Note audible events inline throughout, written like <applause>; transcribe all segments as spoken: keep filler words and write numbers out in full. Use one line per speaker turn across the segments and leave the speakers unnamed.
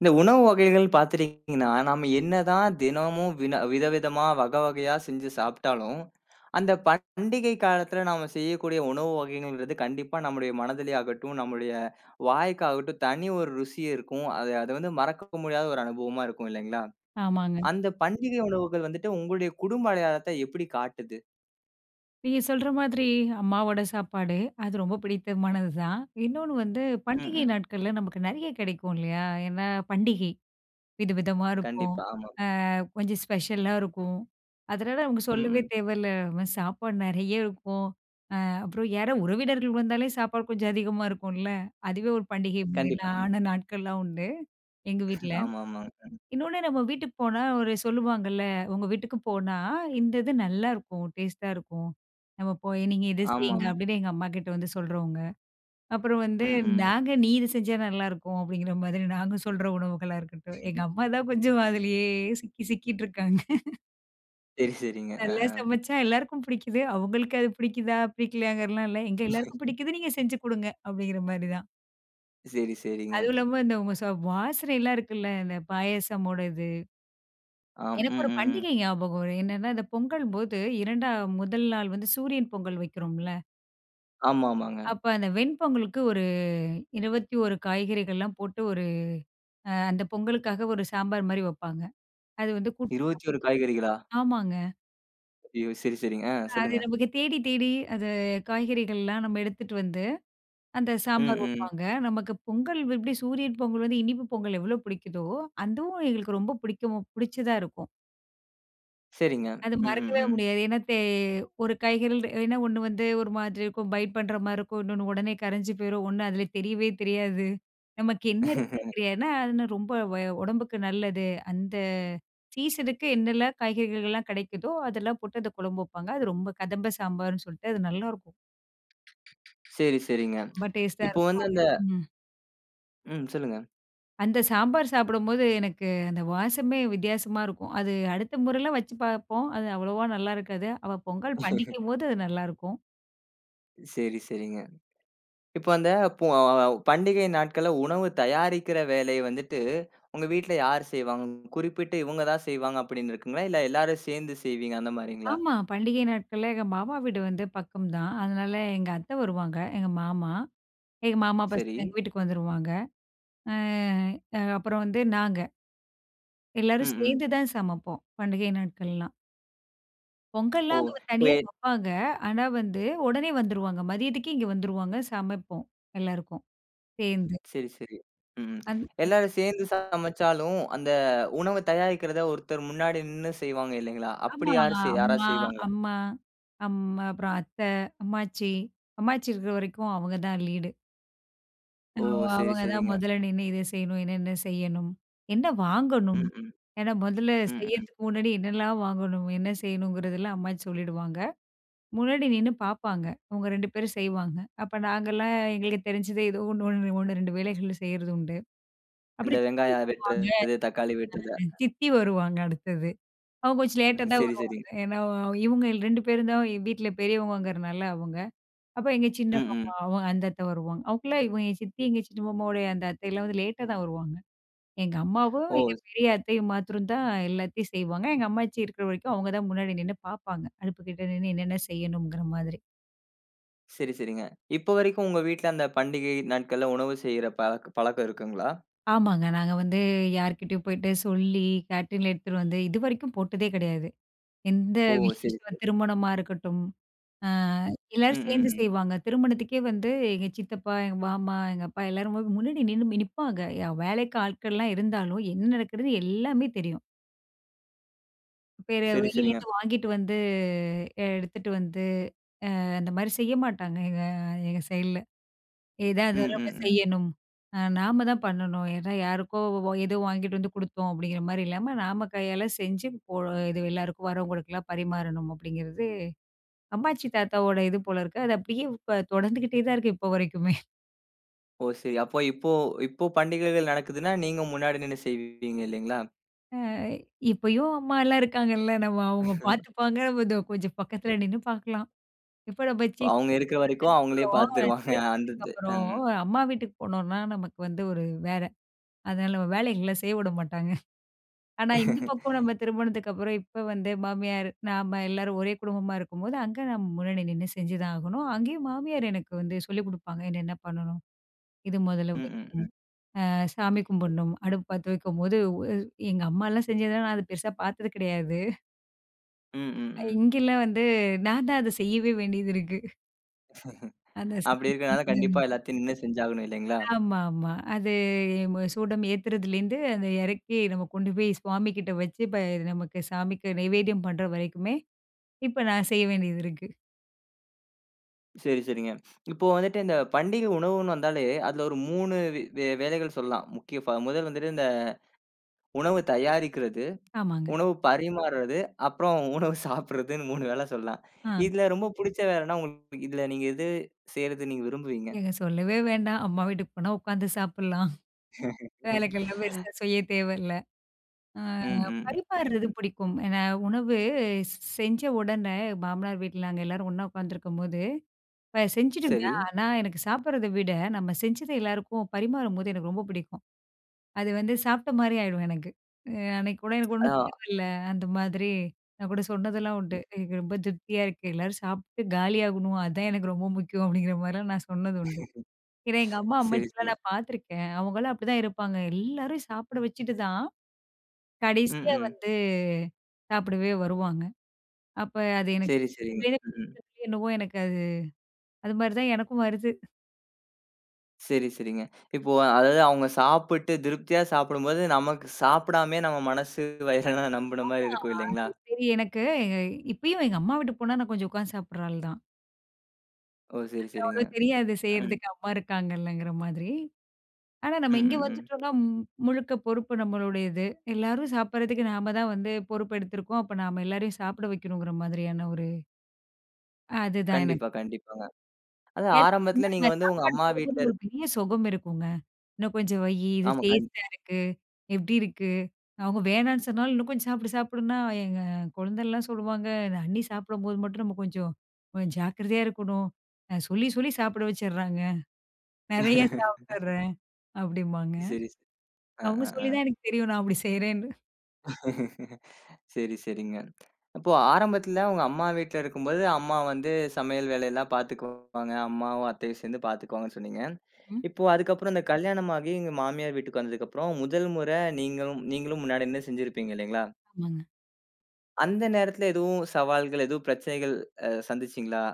இந்த உணவு வகைகள் பார்த்துட்டீங்கன்னா, நாம என்னதான் தினமும் வின விதவிதமா, வகை வகையா செஞ்சு சாப்பிட்டாலும், அந்த பண்டிகை காலத்துல நாம செய்யக்கூடிய உணவு வகைகள்ன்றது கண்டிப்பா நம்முடைய மனதிலே ஆகட்டும், நம்முடைய வாய்க்காகட்டும் தனி ஒரு ருசி இருக்கும். அது அது வந்து மறக்க முடியாத ஒரு அனுபவமா இருக்கும் இல்லைங்களா?
ஆமாங்க.
அந்த பண்டிகை உணவுகள் வந்துட்டு உங்களுடைய குடும்ப அடையாளத்த எப்படி காட்டுது?
நீங்க சொல்ற மாதிரி அம்மாவோட சாப்பாடு, அது ரொம்ப பிடித்தமானது தான். இன்னொன்னு வந்து
ம்,
பண்டிகை
ம்.
நாட்கள்ல நமக்கு நெறைய கிடைக்கும் இல்லையா? ஏன்னா பண்டிகை விதவிதமா இருக்கும்.
கண்டிப்பா. ஆமா.
அ கொஞ்சம் ஸ்பெஷலா இருக்கும். அதனால நமக்கு
ம்,
சொல்லவே
ம்.
தேவையில்ல. நம்ம சாப்பாடு நெறைய இருக்கும். அப்புறம் யாரோ உறவினர்கள் வந்தாலே சாப்பாடு கொஞ்சம் அதிகமா இருக்கும்ல. அதுவே ஒரு பண்டிகை
கண்டிப்பா.
மாரிலாம்
ம்.
ஆன நாட்கள்லாம் உண்டு எங்க வீட்ல.
ஆமா, ஆமாங்க.
இன்னொன்னு நம்ம வீட்டுக்கு போனா ஒரு சொல்லுவாங்கல்ல, "உங்க வீட்டுக்கு போனா, இந்த இது நல்லாருக்கும். டேஸ்ட்டா இருக்கும். நம்ம போய் நீங்க இத செய்யுங்க."
ஆமாமா.
அப்படின்னு எங்க அம்மாகிட்ட வந்து சொல்றவங்க. அப்புறம் வந்து
ம், ம்.
நாங்க, "நீ இது செஞ்சா நல்லாருக்கும்." அப்படிங்கிற மாதிரி நாங்க சொல்ற உணவுகளா இருக்கட்டும். எங்க அம்மா தான் கொஞ்சம் அதுலயே சிக்கி சிக்கிட்டு இருக்காங்க.
சரி, சரிங்க. அ,
நல்லா
அ.
சமைச்சா எல்லாருக்கும் பிடிக்குது. அவங்களுக்கு அது பிடிக்குதா, பிடிக்கலையாங்கிறலாம் இல்ல. "எங்க எல்லாருக்கும் பிடிக்குது. நீங்க செஞ்சு குடுங்க." அப்படிங்கிற மாரி தான்.
சரி, சரிங்க.
அதுவும் இல்லாம இந்த உங்க சொ வாசனைலாம் இருக்குல்ல, இந்த பாயாசமோட இது.
ஆம்.
எனக்கு
ம்,
ஒரு
ம், ம்.
பண்டிகை ஞாபகம் வரும். என்னன்னா, இந்த பொங்கல்போது 2ஆ முதல் நாள் வந்து சூரியன் பொங்கல் வைக்கிறோம்ல,
ஆமா, ஆமாங்க.
அப்ப அந்த வெண்பொங்கலுக்கு ஒரு இருபத்தி ஒன்று காய்கறிகள்லாம் போட்டு ஒரு அ அந்த பொங்கலுக்காக ஒரு சாம்பார் மாரி வப்பாங்க. அது வந்து கூட்டு சாம்பார்.
இருபத்தி ஒன்று காய்கறிகளா?
ஆமாங்க.
ஐயோ! சரி, சரிங்க. ஆ,
அது
சொல்லுங்க.
நமக்கு தேடி தேடி அது காய்கறிகள்லாம் நம்ம எடுத்துட்டு வந்து அந்த
ம்,
சாம்பார்
ம்.
வப்பாங்க. நமக்கு பொங்கல் எப்படி சூரியன் பொங்கல் வந்து இனிப்பு பொங்கல் எவ்வளோ பிடிக்குதோ, அதுவும் எங்களுக்கு ரொம்ப பிடிக்கும் பிடிச்சதா இருக்கும்.
சரிங்க.
அது
ம், ம்,
மறக்கவே
ம்.
முடியாது. ஏன்னா தே ஒரு காய்கறிகள் ஏன்னா ஒண்ணு வந்து ஒரு மாதிரி இருக்கும், பைட் பண்ற மாரி இருக்கும். இன்னொன்னு உடனே கரைஞ்சு போயிரும். ஒண்ணு அதுல தெரியவே தெரியாது. நமக்கு என்ன இருக்குன்னே
<laughs>
தெரியாது. ஏன்னா அது ரொம்ப வ உடம்புக்கு நல்லது. அந்த சீசனுக்கு என்னெல்லாம் காய்கறிகள்லாம் கிடைக்குதோ, அதெல்லாம் போட்டு அந்த குழம்பு வைப்பாங்க. அது ரொம்ப கதம்ப சாம்பார்ன்னு சொல்லிட்டு அது நல்லாருக்கும்.
சரி, சரிங்க.
ரொம்ப டேஸ்ட்டா
இப்போ
இருக்கும்.
வந்து அந்த
ம்.
ம், சொல்லுங்க.
அந்த சாம்பார் சாப்பிடும்போது எனக்கு அந்த வாசமே வித்தியாசமா இருக்கும். அது அடுத்த முறைலாம் வச்சு பார்ப்போம். அது அவ்வளவா நல்லா இருக்காது. அவ பொங்கல் பண்டிகைம்போது அது நல்லாருக்கும்.
சரி, சரிங்க. இப்போ அந்த பொ பண்டிகை நாட்கள்ல உணவு தயாரிக்கிற வேலைய வந்துட்டு, உங்க வீட்ல யார் செய்வாங்க? குறிப்பிட்டு இவங்க தான் செய்வாங்க அப்படின்னு இருக்குங்களா? இல்ல எல்லாரும் சேர்ந்து செய்வீங்க அந்த மாரிங்களா?
ஆமா. பண்டிகை நாட்கள்ல எங்க மாமா வீடு வந்து பக்கம் தான். அதனால எங்க அத்தை வருவாங்க. எங்க மாமா, எங்க மாமா
சரி.
பசங்க எங்க வீட்டுக்கு வந்துருவாங்க. அ அ அப்புறம் வந்து நாங்க.
ம்,
எல்லாரும்
ம்.
சேர்ந்து தான் சமைப்போம். பண்டிகை நாட்கள்லாம்.
ஓ!
பொங்கல்லாம் அங்க
இப்போ
தனியா வப்பாங்க. ஆனா வந்து உடனே வந்துருவாங்க. மதியத்துக்கு இங்க வந்துருவாங்க. சமைப்போம் எல்லாருக்கும் சேர்ந்து.
சரி, சரி. ம்.
அந்
எல்லாரும் சேர்ந்து சமைச்சாலும், அந்த உணவு தயாரிக்கிறத ஒருத்தர் முன்னாடி நின்னு செய்வாங்க இல்லைங்களா? அப்படி
ஆமா.
யாரு செய் யாரா
அம்மா,
செய்வாங்களா?
அம்மா, அம்மா அப்புறம் அத்தை, அம்மாச்சி. அம்மாச்சி இருக்கிற வரைக்கும் அவங்க தான் லீடு.
ஓ!
ஓ!
சரி,
அவங்க தான்
சரிங்க.
முதல்ல நின்னு இத செய்யணும், என்னென்ன செய்யணும், என்ன வாங்கணும்?
ம், ம்.
ஏன்னா முதல்ல
ம், ம்.
செய்யறதுக்கு முன்னாடி என்னலாம் வாங்கணும், என்ன செய்யணுங்கிறதெல்லாம் அம்மாச்சி சொல்லிடுவாங்க. முன்னாடி நின்னு பார்ப்பாங்க. அவங்க இரண்டு பேரும் செய்வாங்க. அப்ப நாங்கலாம் எங்களுக்கு தெரிஞ்சது ஏதோ ஒண்ணு, ஒண்ணு, ஒன்று, இரண்டு வேலைகள் செய்றது உண்டு.
இந்த
அப்புறம் சித்தி
வெங்காயம்
வருவாங்க,
வெட்டுறது, தக்காளி வெட்டுறது.
சித்தி வருவாங்க அடுத்தது. அவங்க கொஞ்சம் லேட்டா தான்
சரி,
வருவாங்க.
சரி.
ஏன்னா இவங்க இரண்டு பேரும் தான் வீட்ல பெரியவங்கங்கிறனால அவங்க. அப்ப எங்க சின்ன
ம், ம்.
மாமா, அவங்க அந்த அத்தை வருவாங்க. அவங்கலாம் இவங்க என் சித்தி, எங்க சின்ன மாமாவோட அந்த அத்தைலாம் வந்து லேட்டா தான் வருவாங்க. எங்க அம்மாவும், எங்க
ஓ!
பெரிய அத்தையும் மாத்திரம் தான் எல்லாத்தையும் செய்வாங்க. எங்க அம்மாச்சி இருக்கிற வரைக்கும் அவங்க தான் முன்னாடி நின்னு பார்ப்பாங்க. அடுப்புகிட்ட நின்னு என்னென்ன செய்யணுங்கிற மாதிரி.
சரி, சரிங்க. இப்போ வரைக்கும் உங்க வீட்ல அந்த பண்டிகை நாட்கள்ல உணவு செய்ற பழக்க பழக்கம் இருக்குங்களா?
ஆமாங்க. நாங்க வந்து யார்கிட்டயும் போயிட்டு சொல்லி கேட்டரின்ல எடுத்துட்டு வந்து இதுவரைக்கும் போட்டதே கிடையாது. எந்த
ஓ! சரி,
விசேஷம்
சரி.
திருமணமா இருக்கட்டும், அ
ம்,
எல்லாரும்
ம்,
சேர்ந்து
ம்.
செய்வாங்க. திருமணத்துக்கே வந்து எங்க சித்தப்பா, எங்க மாமா, எங்க அப்பா எல்லாரும் போய் முன்னாடி நின்னு நிப்பாங்க. ய வேலைக்கு ஆட்கள்லாம் இருந்தாலும் என்ன நடக்குதுன்னு எல்லாமே தெரியும். பேரு
சரி, சரிங்க.
வெளியிலேருந்து வாங்கிட்டு வந்து எடுத்துட்டு வந்து அந்த மாரி செய்ய மாட்டாங்க எங்க எங்க சைட்ல. ஏதா
ம்,
இருந்தாலும் நம்ம
ம், ம்.
செய்யணும். அ நாம தான் பண்ணணும். ஏன்னா யாருக்கோ வ- ஏதோ வாங்கிட்டு வந்து குடுத்தோம் அப்படிங்கிற மாரி இல்லாம, நாம கையால செஞ்சு போ இது எல்லாருக்கும் வரவங்களுக்கெல்லாம் பரிமாறணும் அப்படிங்கிறது, அம்மாச்சி தாத்தாவோட இது போல இருக்கு. அது அப்படியே இப்ப தொடர்ந்துகிட்டே தான் இருக்கு இப்போ வரைக்குமே.
ஓ! சரி. அப்போ இப்போ இப்போ பண்டிகைகள் நடக்குதுன்னா, நீங்க முன்னாடி நின்னு செய்வீங்க இல்லைங்களா?
அ இப்பயும் அம்மாலாம் இருக்காங்கல்ல, நம்ம அவங்க பார்த்துப்பாங்க. நம்ம இதோ கொஞ்சம் பக்கத்துல நின்னு பார்க்கலாம். இப்ப நம்ம சீஃப்
அவங்க இருக்கிற வரைக்கும்
திருமணத்துக்கு
அவங்களே
அப்புறம்
பார்த்துருவாங்க. அந்த
திருமணத்துக்கு
இது.
அப்புறம்
ம்.
அம்மா வீட்டுக்கு போனோம்னா, நமக்கு வந்து ஒரு வேற அதனால நம்ம வேலைகள்ல செய்ய விட மாட்டாங்க. ஆனா இந்த பக்கம் நம்ம திருமணத்துக்கு அப்புறம் இப்ப வந்து மாமியார், நாம எல்லாரும் ஒரே குடும்பமா இருக்கும்போது, அங்க நம்ம முன்னாடி நின்னு செஞ்சு தான் ஆகணும். அங்கேயும் மாமியார் எனக்கு வந்து சொல்லிக் குடுப்பாங்க. என்னென்ன பண்ணணும்? இது முதல்ல
ம், ம்,
வைக்கணும்.
ம்.
அ சாமி கும்பிடணும். அடுப்பு பத்த வைக்கும்போது ஒ எங்க அம்மாலாம் செஞ்சதெல்லாம் நான் அது பெருசா பார்த்தது கிடையாது.
ம், ம், ம்.
இங்கெல்லாம் வந்து நான் தான் அத செய்யவே வேண்டியது இருக்கு. அந்த
அப்படி
சாமி
இருக்கனால கண்டிப்பா எல்லாத்தையும் நின்னு செஞ்சாகணும் இல்லைங்களா?
ஆமா, ஆமா. அது ம சூடம் ஏத்துறதுலேருந்து, அந்த இறக்கி நம்ம கொண்டு போய் சுவாமி கிட்ட வச்சு, இப்ப நமக்கு சாமிக்கு நைவேத்தியம் பண்ற வரைக்குமே, இப்ப நான் செய்ய வேண்டியது இருக்கு.
சரி, சரிங்க. இப்போ வந்துட்டு இந்த பண்டிகை உணவுன்னு வந்தாலே, அதுல ஒரு மூன்று வே வே வேலைகள் சொல்லலாம். முக்கிய ஃப முதல் வந்துட்டு இந்த உணவு தயாரிக்கிறது,
ஆமாங்க.
உணவு பரிமாறுறது, அப்புறம் உணவு சாப்பிடுறதுன்னு மூன்று வேலை சொல்லலாம்.
ஆ.
இதுல ரொம்ப புடிச்ச வேலைன்னா உங்களுக்கு இதுல நீங்க எது செய்றது நீங்க விரும்புவீங்க?
ஏங்க சொல்லவே வேண்டாம். அம்மா வீட்டுக்கு போனா உட்காந்து சாப்பிடலாம். வேலைக்கெல்லாம் பெருசா செய்ய தேவையில்ல. அ
ம், ம்,
பரிமாறுறது
ம்.
பிடிக்கும். ஏன்னா உணவு ஸ் செஞ்ச உடனே மாமனார் வீட்ல நாங்க எல்லாரும் ஒண்ணா உட்காந்துருக்கும்போது, இப்ப
சரி.
செஞ்சுடுவேன். ஆனா எனக்கு சாப்பிடுறத விட, நம்ம செஞ்சத எல்லாருக்கும் பரிமாறும்போது எனக்கு ரொம்ப பிடிக்கும். அது வந்து சாப்பிட்ட மாரி ஆயிடும் எனக்கு. அ அன்னைக்கு கூட எனக்கு ஒண்ணும்
அதான்.
தேவையில்ல. அந்த மாதிரி நான் கூட சொன்னதெல்லாம் உண்டு. எனக்கு ரொம்ப திருப்தியா இருக்கு. எல்லாரும் சாப்பிட்டு காலியாகணும். அதான் எனக்கு ரொம்ப முக்கியம் அப்படிங்கிற மாரிலாம் நான் சொன்னது உண்டு. ஏன்னா எங்க அம்மா,
சரி,
அம்மாச்சிலாம்
சரி.
நான் பார்த்துருக்கேன். அவங்கலாம் அப்படிதான் இருப்பாங்க. எல்லாரும் சாப்பிட வச்சுட்டு தான்
ம்,
கடைசியா
ம்.
வந்து சாப்பிடவே வருவாங்க. அப்ப அது எனக்கு
சரி, சரிங்க. ம்.
சின்னதுலேருந்தே என்னவோ எனக்கு அது அது மாரி தான் எனக்கும் வருது.
சரி, சரிங்க. இப்போ அதாவது அவங்க சாப்பிட்டு திருப்தியா சாப்பிடும்போது, நமக்கு சாப்பிடாமயே நம்ம மனசு வயிறெல்லாம் நம்புன மாரி
ஆ,
இருக்கும்
அது
இல்லைங்களா?
சரி எனக்கு எ இப்பயும் எங்க அம்மா வீட்டுக்கு போனா நான் கொஞ்சம் உட்காந்து சாப்பிடுற ஆள் தான்.
ஓ! சரி,
அவ்வளோ
சரிங்க.
தெரியாது
ம்.
செய்றதுக்கு அம்மா இருக்காங்கல்லங்கிற மாதிரி. ஆனா நம்ம
ம்,
இங்க
ம், ம்.
வந்துட்டோம்னா மு- முழுக்க பொறுப்பு நம்மளுடையது. எல்லாரும் சாப்பிடுறதுக்கு நாம தான் வந்து பொறுப்பு எடுத்திருக்கோம். அப்ப நாம எல்லாரையும் சாப்பிட வைக்கணுங்கிற மாதிரியான ஒரு அதுதான் எனக்கு.
கண்டிப்பா, கண்டிப்பாங்க. அதான்
அதுவும் இல்லாம
ஆரம்பத்துல
நம்ம
நீங்க வந்து உங்க
சாப்பாடு
அம்மா வீட்ல
போடும்போது ஒரு
இருக்
பெரிய சொகம் இருக்குங்க. இன்னும் கொஞ்சம் வையி, இது
ஆமா கண்
டேஸ்ட்டா இருக்கு. எப்படி இருக்கு? அவங்க வேணான்னு சொன்னாலும் இன்னும் கொஞ்சம் சாப்பிடு சாப்பிடுன்னா, எங்க குழந்தைலாம் சொல்லுவாங்க, "நான் அண்ணி சாப்பிடும்போது மட்டும் நம்ம கொஞ்சம் கொஞ்சம் ஜாக்கிரதையா இருக்கணும். அ சொல்லி சொல்லி சாப்பிட வச்சுடுறாங்க. நெறைய
<laughs>
சாப்பிடுற அப்படிம்பாங்க.
சரி, சரி. அ,
அவங்க
அ, அ.
சொல்லி தான் எனக்கு தெரியும் நான் அப்படி செய்றேன்னு.
சரி, சரிங்க. அப்போ ஆரம்பத்துல உங்க அம்மா வீட்ல இருக்கும்போது, அம்மா வந்து சமையல் வேலையெல்லாம் பார்த்துக்குவாங்க. அம்மாவும், அத்தையும் சேர்ந்து பார்த்துக்குவாங்கன்னு சொன்னீங்க.
ம்.
இப்போ அதுக்கப்புறம் இந்த கல்யாணமாகி எங்க மாமியார் வீட்டுக்கு வந்ததுக்கப்புறம், முதல் முறை நீங்களும் நீங்களும் முன்னாடி நின்னு செஞ்சிருப்பீங்க இல்லைங்களா?
ஆமாங்க.
அந்த நேரத்துல எதுவும் சவால்கள், எதுவும் பிரச்சனைகள் அ சந்திச்சீங்களா?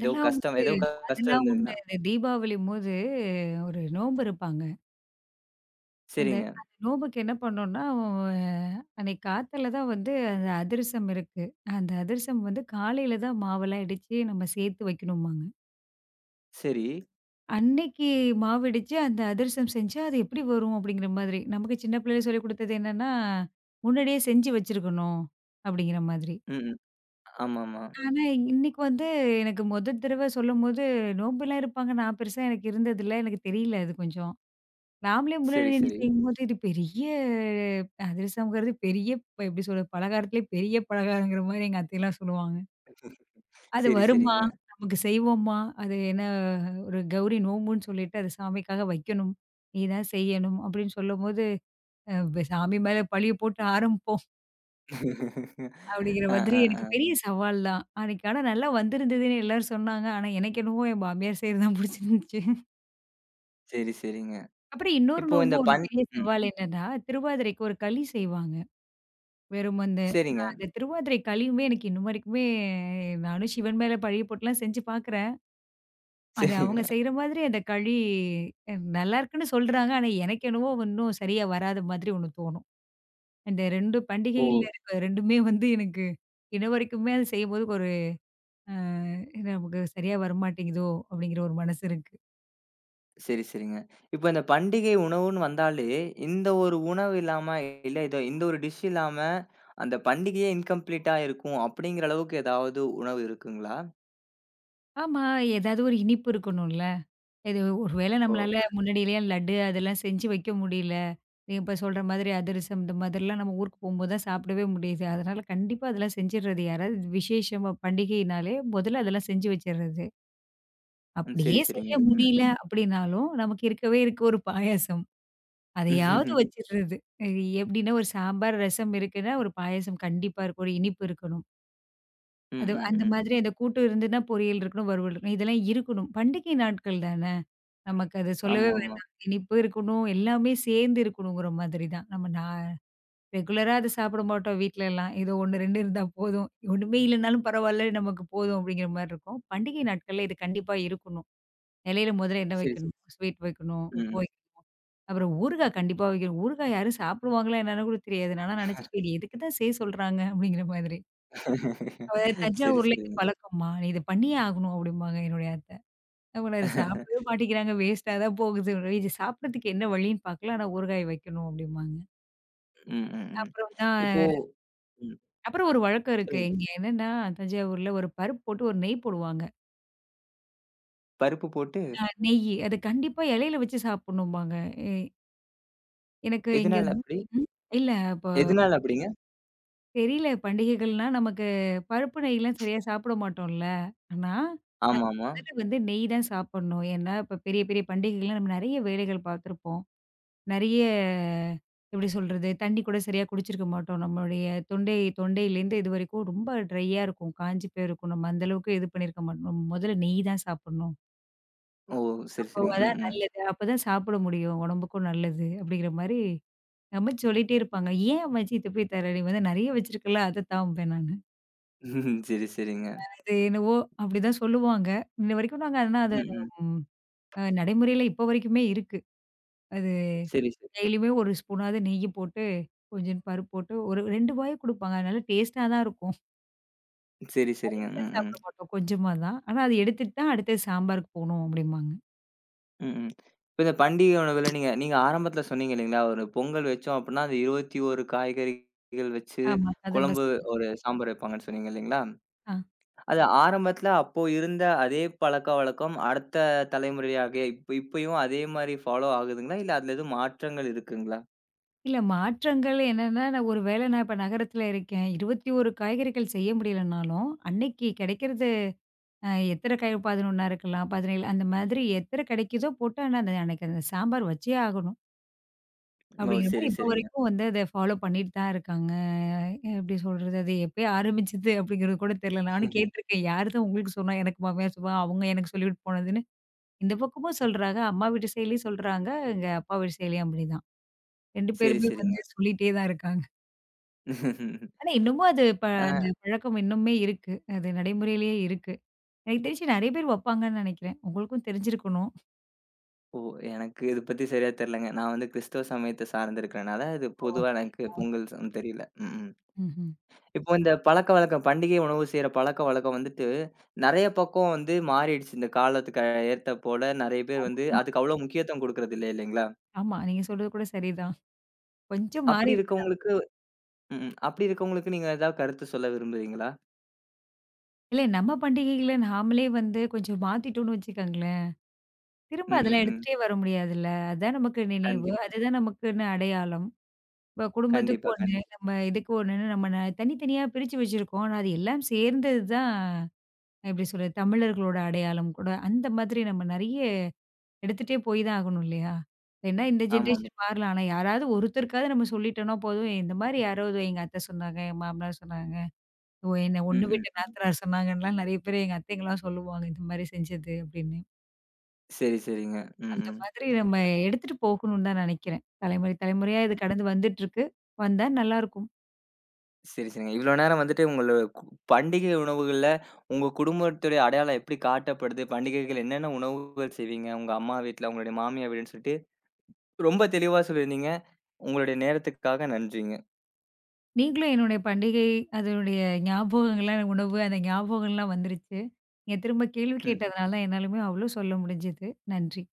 ஏதோ கஷ்டம்
உண்டு,
ஏதோ கஷ்டம்
அதெல்லாம் உண்டு.
இருந்ததுங்களா?
இந்த தீபாவளிம்போது ஒரு நோம்பு இருப்பாங்க. அந்த
சரிங்க.
அந்த நோம்புக்கு என்ன பண்ணோம்னா, அஹ், அன்னைக்கு காத்தால தான் வந்து அந்த அதிரசம் இருக்கு. அந்த அதிரசம் வந்து காலையில தான் மாவெல்லாம் இடிச்சு நம்ம சேர்த்து வைக்கணும்பாங்க.
சரி.
அன்னைக்கு மாவு இடிச்சு அந்த அதிரசம் செஞ்சா அது எப்படி வரும் அப்படிங்கிற மாதிரி. நமக்கு சின்ன பிள்ளையில சொல்லிக் குடுத்தது என்னன்னா, முன்னாடியே செஞ்சு வச்சிருக்கணும் அப்படிங்கிற மாதிரி.
ம். ஆமாமா.
ஆனா, இன்னைக்கு வந்து எனக்கு முதல் தடவ சொல்லும்போது, நோம்புலாம் இருப்பாங்க. நான் பெருசா எனக்கு இருந்ததில்ல. எனக்கு தெரியல அது கொஞ்சம். நாமளே முன்னாடி
சரி,
நின்னு
சரி.
செய்யும்போது, இது பெரிய அதிரசம்ங்கிறது பெரிய இப்ப எப்படி சொல்றது? பலகாரத்திலே பெரிய பலகாரங்கிற மாரி எங்க அத்தைலாம் சொல்லுவாங்க. அது
சரி,
வருமா?
சரிங்க.
நமக்கு செய்வோமா? அது என்ன ஒரு கௌரி நோம்புன்னு சொல்லிட்டு, அது சாமிக்காக வைக்கணும். நீ தான் செய்யணும் அப்படின்னு சொல்லும்போது, அ சாமி மேல பழிய போட்டு ஆரம்பிப்போம்.
<laughs>
அப்படிங்கிற
அ,
மாதிரி
அ,
எனக்கு
அ.
பெரிய சவால் தான். அன்னைக்கு ஆனா நல்லா வந்திருந்ததுன்னு எல்லாரும் சொன்னாங்க. ஆனா எனக்கு என்னவோ என் மாமியார் செய்றது தான் புடிச்சிருந்துச்சு.
சரி, சரிங்க.
அப்புறம் இன்னொரு
இப்போ
நோம்பு
இந்த
ஒரு
பண்
பெரிய
ம். ம்.
சவால் என்னன்னா, திருவாதிரைக்கு ஒரு களி செய்வாங்க. வெறும் அந்த
சரிங்க,
அந்த திருவாதிரை களியுமே எனக்கு இன்னும் வரைக்குமே நானும் சிவன் மேல பழிய போட்டுலாம் செஞ்சு பார்க்குறேன். அது அவங்க
சரிங்க.
செய்ற மாதிரி அந்த களி நல்லாருக்குன்னு சொல்றாங்க. ஆனா எனக்கு என்னவோ இன்னும் சரியா வராத மாதிரி ஒண்ணு தோணும். இந்த இரண்டு
ஓ!
பண்டிகையில இருக்க ரெண்டுமே வந்து எனக்கு இன்ன வரைக்குமே அது செய்யும்போது ஒரு அ நமக்கு சரியா வரமாட்டேங்குதோ! அப்படிங்கிற ஒரு மனசு இருக்கு.
சரி, சரிங்க. இப்ப இந்த பண்டிகை உணவுன்னு வந்தாலே, இந்த ஒரு உணவு இல்லாம, இல்ல இத இந்த ஒரு டிஷ் இல்லாம, அந்த பண்டிகையே இன்கம்ப்ளீட்டா இருக்கும். அப்படிங்கிற அளவுக்கு ஏதாவது உணவு இருக்குங்களா?
ஆமா, ஏதாவது ஒரு இனிப்பு இருக்கணும்ல. இது ஒரு வேளை
ஓ!
நம்மளால முன்னாடியிலயே லட்டு அதெல்லாம் செஞ்சு வைக்க முடியல. நீங்க இப்ப சொல்ற மாதிரி அதிரசம் இந்த மாதிரிலாம் நம்ம ஊருக்கு போம்போது தான் சாப்பிடவே முடியுது. அதனால கண்டிப்பா அதெல்லாம் செஞ்சுடுறது. யாராவது விசேஷமா பண்டிகைனாலே முதல்ல அதெல்லாம் செஞ்சு வச்சுடுறது.
ம்.
அப்படியே
சரி,
செய்ய
சரிங்க. ம்.
முடியல அப்படின்னாலும், நமக்கு இருக்கவே இருக்கு ஒரு பாயாசம். அதையாவது
<laughs>
வச்சுடுறது. எ எப்படின்னா ஒரு சாம்பார், ரசம் இருக்குன்னா ஒரு பாயாசம் கண்டிப்பா இருக்கும். ஒரு இனிப்பு இருக்கணும்.
ம்,
அது
ம்,
அந்த
ம்.
மாதிரி அந்த கூட்டு இருந்துன்னா, பொரியல் இருக்கணும், வறுவல் இருக்கணும். இதெல்லாம் இருக்கணும். பண்டிகை நாட்கள் தான. நமக்கு அது சொல்லவே
ஆமா, ஆமா.
வேண்டாம். இனிப்பு இருக்கணும், எல்லாமே சேர்ந்து இருக்கணுங்கிற மாதிரி தான். நம்ம நான் ரெகுலரா அத சாப்பிட மாட்டோம் வீட்லலாம். ஏதோ ஒன்று, இரண்டு இருந்தா போதும். ஒண்ணுமே இல்லனாலும் பரவால்ல, நமக்கு போதும் அப்படிங்கிற மாரி இருக்கும். பண்டிகை நாட்கள்ல இது கண்டிப்பா இருக்கணும். இலையில முதல்ல என்ன
சரி, ச
வைக்கணும்? ஸ்வீட் வைக்கணும், உப்பு
ம்.
வைக்கணும். அப்புறம் ஊறுகாய் கண்டிப்பா வைக்கணும். ஊறுகாய் யாரும் சாப்பிடுவாங்களா என்னன்னு கூட தெரியாது. நான்லாம் நெனச்சிருக்கேன், இது எதுக்கு தான் செய்ய சொல்றாங்க அப்படிங்கிற மாதிரி.
<laughs>
அவ
சரி,
"தஞ்சாவூர்ல இது
சரிங்க.
பழக்கம்மா. நீ இத பண்ணியே ஆகணும்" அப்படிம்பாங்க என்னுடைய அத்தை. அவங்க அத சாப்பிடவே
<laughs>
மாட்டேங்கிறாங்க. வேஸ்ட்டா தான் போகுது. இது சாப்பிடறதுக்கு என்ன வழின்னு பார்க்கல. ஆனா ஊறுகாய் வைக்கணும் அப்படிம்பாங்க.
ம், ம், ம்.
அப்புறம் தான்
இப்போ ம்.
அப்புறம் ஒரு வழக்கம் இருக்கு.
சொல்லுங்க.
இங்க என்னன்னா தஞ்சாவூர்ல ஒரு பருப்பு போட்டு ஒரு நெய் போடுவாங்க.
பருப்பு போட்டு
அ நெய்யி. அது கண்டிப்பா இலையில வச்சு சாப்பிடணும்பாங்க. எ எனக்கு இங்க
எதனால அப்படி?
ம். இல்ல.
எதனால அப்படிங்க?
தெரியல. பண்டிகைகள்னா நமக்கு பருப்பு நெய்லாம் சரியா சாப்பிட மாட்டோம்ல. ஆனா, நம்ம
ஆமாமா.
முதல்ல வந்து நெய் தான் சாப்பிடணும். ஏன்னா, இப்ப பெரிய பெரிய பண்டிகைகள்லாம் நம்ம நெறைய வேலைகள் பார்த்துருப்போம். நெறைய எப்படி சொல்றது? தண்ணி கூட சரியா குடிச்சிருக்க மாட்டோம். நம்மளுடைய தொண்டை தொண்டையிலேருந்து இதுவரைக்கும் ரொம்ப ட்ரையா இருக்கும். காஞ்சு போயிருக்கும். நம்ம அந்த அளவுக்கு இது பண்ணியிருக்க மாட்டோம். நம்ம முதல்ல நெய் தான் சாப்பிடணும்.
ஓ! சரி,
அப்போ
சரிங்க. ம்,
அதான்
ம்.
நல்லது. அப்பதான் சாப்பிட முடியும். உடம்புக்கும் நல்லது. அப்படிங்கிற மாரி அம்மாச்சி சொல்லிட்டே இருப்பாங்க. "ஏன் அம்மாச்சி இத போய் தர? நீ வந்து நெறைய வச்சிருக்கல்ல, அத தாம்பேன்" நானு.
<laughs> சரி, சரிங்க.
அது என்னவோ அப்படிதான் சொல்லுவாங்க. இன்ன வரைக்கும் நாங்க ஆனா அத
ம், ம்.
ம் அ நடைமுறையில இப்போ வரைக்குமே இருக்கு. அது
சரி, சரி.
டெய்லியுமே ஒரு ஸ்பூனாவது நெய்யி போட்டு, கொஞ்சோண்டு பருப்பு போட்டு ஒரு இரண்டு வாய் குடுப்பாங்க. அதனால டேஸ்ட்டா தான் இருக்கும்.
சரி, சரிங்க.
நிறையலாம்
ம், ம்.
சாப்பிட மாட்டோம். கொஞ்சமா தான். ஆனா அது எடுத்துட்டு தான் அடுத்தது சாம்பாருக்கு போணும் அப்படிம்பாங்க.
ம், ம். இப்ப இந்த பண்டிகை உணவுல நீங்க நீங்க ஆரம்பத்துல சொன்னீங்க இல்லைங்களா? ஒரு பொங்கல் வச்சோம் அப்டின்னா, அது இருபத்தி ஒன்று காய்கறிகள் வச்சு
ஆமா. கதம்ப
குழம்பு
சாம்பார்.
ஒரு சாம்பார் வைப்பாங்கன்னு சொன்னீங்க இல்லைங்களா?
ஆ.
அது ஆரம்பத்துல அப்போ இருந்த அதே பழக்கவழக்கம் அடுத்த தலைமுறையாகிய இப்ப இப்பயும் அதே மாரி ஃபாலோ ஆகுதுங்களா? இல்ல அதுல எதுவும் மாற்றங்கள் இருக்குங்களா?
இல்ல மாற்றங்கள் என்னன்னா, நான் ஒரு வேளை நான் இப்ப நகரத்துல இருக்கேன். இருபத்தி ஒன்று காய்கறிகள் செய்ய முடியலனாலும், அன்னைக்கு கிடைக்கிறது அ எத்தன காய் பதினொன்று இருக்கலாம், பதினேழு அந்த மாதிரி எத்தன கிடைக்குதோ போட்டு, ஆனா அந்த அன்னைக்கு அந்த சாம்பார் வச்சே ஆகணும்.
ஓ!
அப்படிங்கிற மாரி
சரி,
இப்போ
சரிங்க.
வரைக்கும் வந்து அத ஃபாலோ பண்ணிட்டு தான் இருக்காங்க. அஹ் எப்படி சொல்றது? அது எப்பயோ ஆரம்பிச்சது அப்படிங்கிறது கூட தெரியல. நானும்
<laughs>
கேட்டுருக்கேன். யாரு தான் உங்களுக்கு சொன்னா? எனக்கு மாமியார் சொல்லுவாங்க. அவங்க எனக்கு சொல்லிவிட்டு போனதுன்னு. இந்த பக்கமும் சொல்றாங்க. அம்மா வீட்டு சைட்லயும் சொல்றாங்க. எங்க அப்பா வீட்டு சைட்லயும் அப்படிதான். இரண்டு
சரி,
பேருமே
சரிங்க.
வந்து சொல்லிட்டே தான் இருக்காங்க. ஆனா இன்னமும் அது ப
ஆ.
அந்த பழக்கம் இன்னுமே இருக்கு. அது நடைமுறையிலேயே இருக்கு. எனக்கு தெரிஞ்சு நெறைய பேர் வப்பாங்கன்னு நெனைக்கிறேன். உங்களுக்கும் தெரிஞ்சிருக்கணும்.
ஓ! எனக்கு இத பத்தி சரியா தெரியலங்க. நான் வந்து கிறிஸ்தவ சமயத்த சார்ந்திருக்கிறனால, இது
ஓ!
பொதுவா
அப்படி.
எனக்கு பொங்கல் சம் தெரியல. ம். ம்.
ம்ஹ்ம்.
இப்போ இந்த பழக்கவழக்கம் பண்டிகை உணவு செய்ற பழக்கவழக்கம் வந்துட்டு, நெறைய பக்கம் வந்து மாறிடுச்சு. இந்த காலத்துக்கு ஏத்த போல நெறைய பேர் வந்து
ஆமா,
அதுக்கு அவ்வளோ முக்கியத்துவம் குடுக்குறது இல்ல, இல்லைங்களா?
ஆமா. நீங்க சொல்றது கூட சரிதான். கொஞ்சம்
அப்படி
மாறிருக்கு தான்.
இருக்கவங்களுக்கு ம். ம். அப்படி இருக்கவங்களுக்கு நீங்க ஏதாவது கருத்து சொல்ல விரும்புறீங்களா?
இல்ல நம்ம பண்டிகைகள நாமளே வந்து கொஞ்சம் மாத்திட்டோம்னு வச்சுக்கோங்களேன், திரும்ப
ம்,
அதெல்லாம்
ம், ம்.
எடுத்துட்டே வர முடியாதுல்ல. அதான் நமக்கு நினைவு.
கண்டிப்பா,
அதுதான் நமக்குன்னு அடையாளம். இப்ப குடும்பத்துக்கு
கண்டிப்பா,
ஒண்ணு,
கண்டி
நம்ம இதுக்கு ஒண்ணுன்னு நம்ம ந தனித்தனியா பிரிச்சு வச்சிருக்கோம். ஆனா அது எல்லாம் சேர்ந்தது தான் எப்படி சொல்றது? தமிழர்களோட அடையாளம் கூட. அந்த மாதிரி நம்ம நெறைய எடுத்துட்டே போய் தான் ஆகணும் இல்லையா? ஏன்னா இந்த
ஆமாமா.
ஜெனரேஷன் மாறலாம். ஆனா யாராவது ஒருத்தருக்காவது நம்ம சொல்லிட்டோம்னா போதும், இந்த மாரி யாராவது எங்க அத்தை சொன்னாங்க, என் மாமனார் சொன்னாங்க, ஓ என்ன
ம்,
ஒண்ணு விட்ட
ம்.
நாத்தனார் சொன்னாங்கன்லாம் நெறைய பேர் எங்க அத்தைங்கலாம் சொல்லுவாங்க, இந்த மாரி செஞ்சது அப்படின்னு.
சரி, சரிங்க. ம்,
அந்த
ம்.
மாதிரி நம்ம எடுத்துட்டு போகணும்னு தான் நெனைக்கிறேன். தலைமுறை தலைமுறையா இது கடந்து வந்துட்டுருக்கு. வந்தா நல்லாயிருக்கும்.
சரி, சரிங்க. இவ்வளோ நேரம் வந்துட்டு உங்கள கு பண்டிகை உணவுகள்ல உங்க குடும்பத்துடைய அடையாளம் எப்படி காட்டப்படுது? பண்டிகைகள் என்னென்ன உணவுகள் செய்வீங்க? உங்க அம்மா வீட்ல, உங்களுடைய மாமியார் வீடுன்னு சொல்லிட்டு ரொம்ப தெளிவா சொல்லியிருந்தீங்க. உங்களுடைய நேரத்துக்காக நன்றிங்க.
நீங்களும் என்னுடைய பண்டிகை, அதனுடைய ஞாபகங்கள்லாம் உணவு, அந்த ஞாபகங்கள்லாம் வந்துருச்சு. நீங்க திரும்ப கேள்வி கேட்டதுனால என்னாலுமே அவ்வளோ சொல்ல முடிஞ்சது. நன்றி.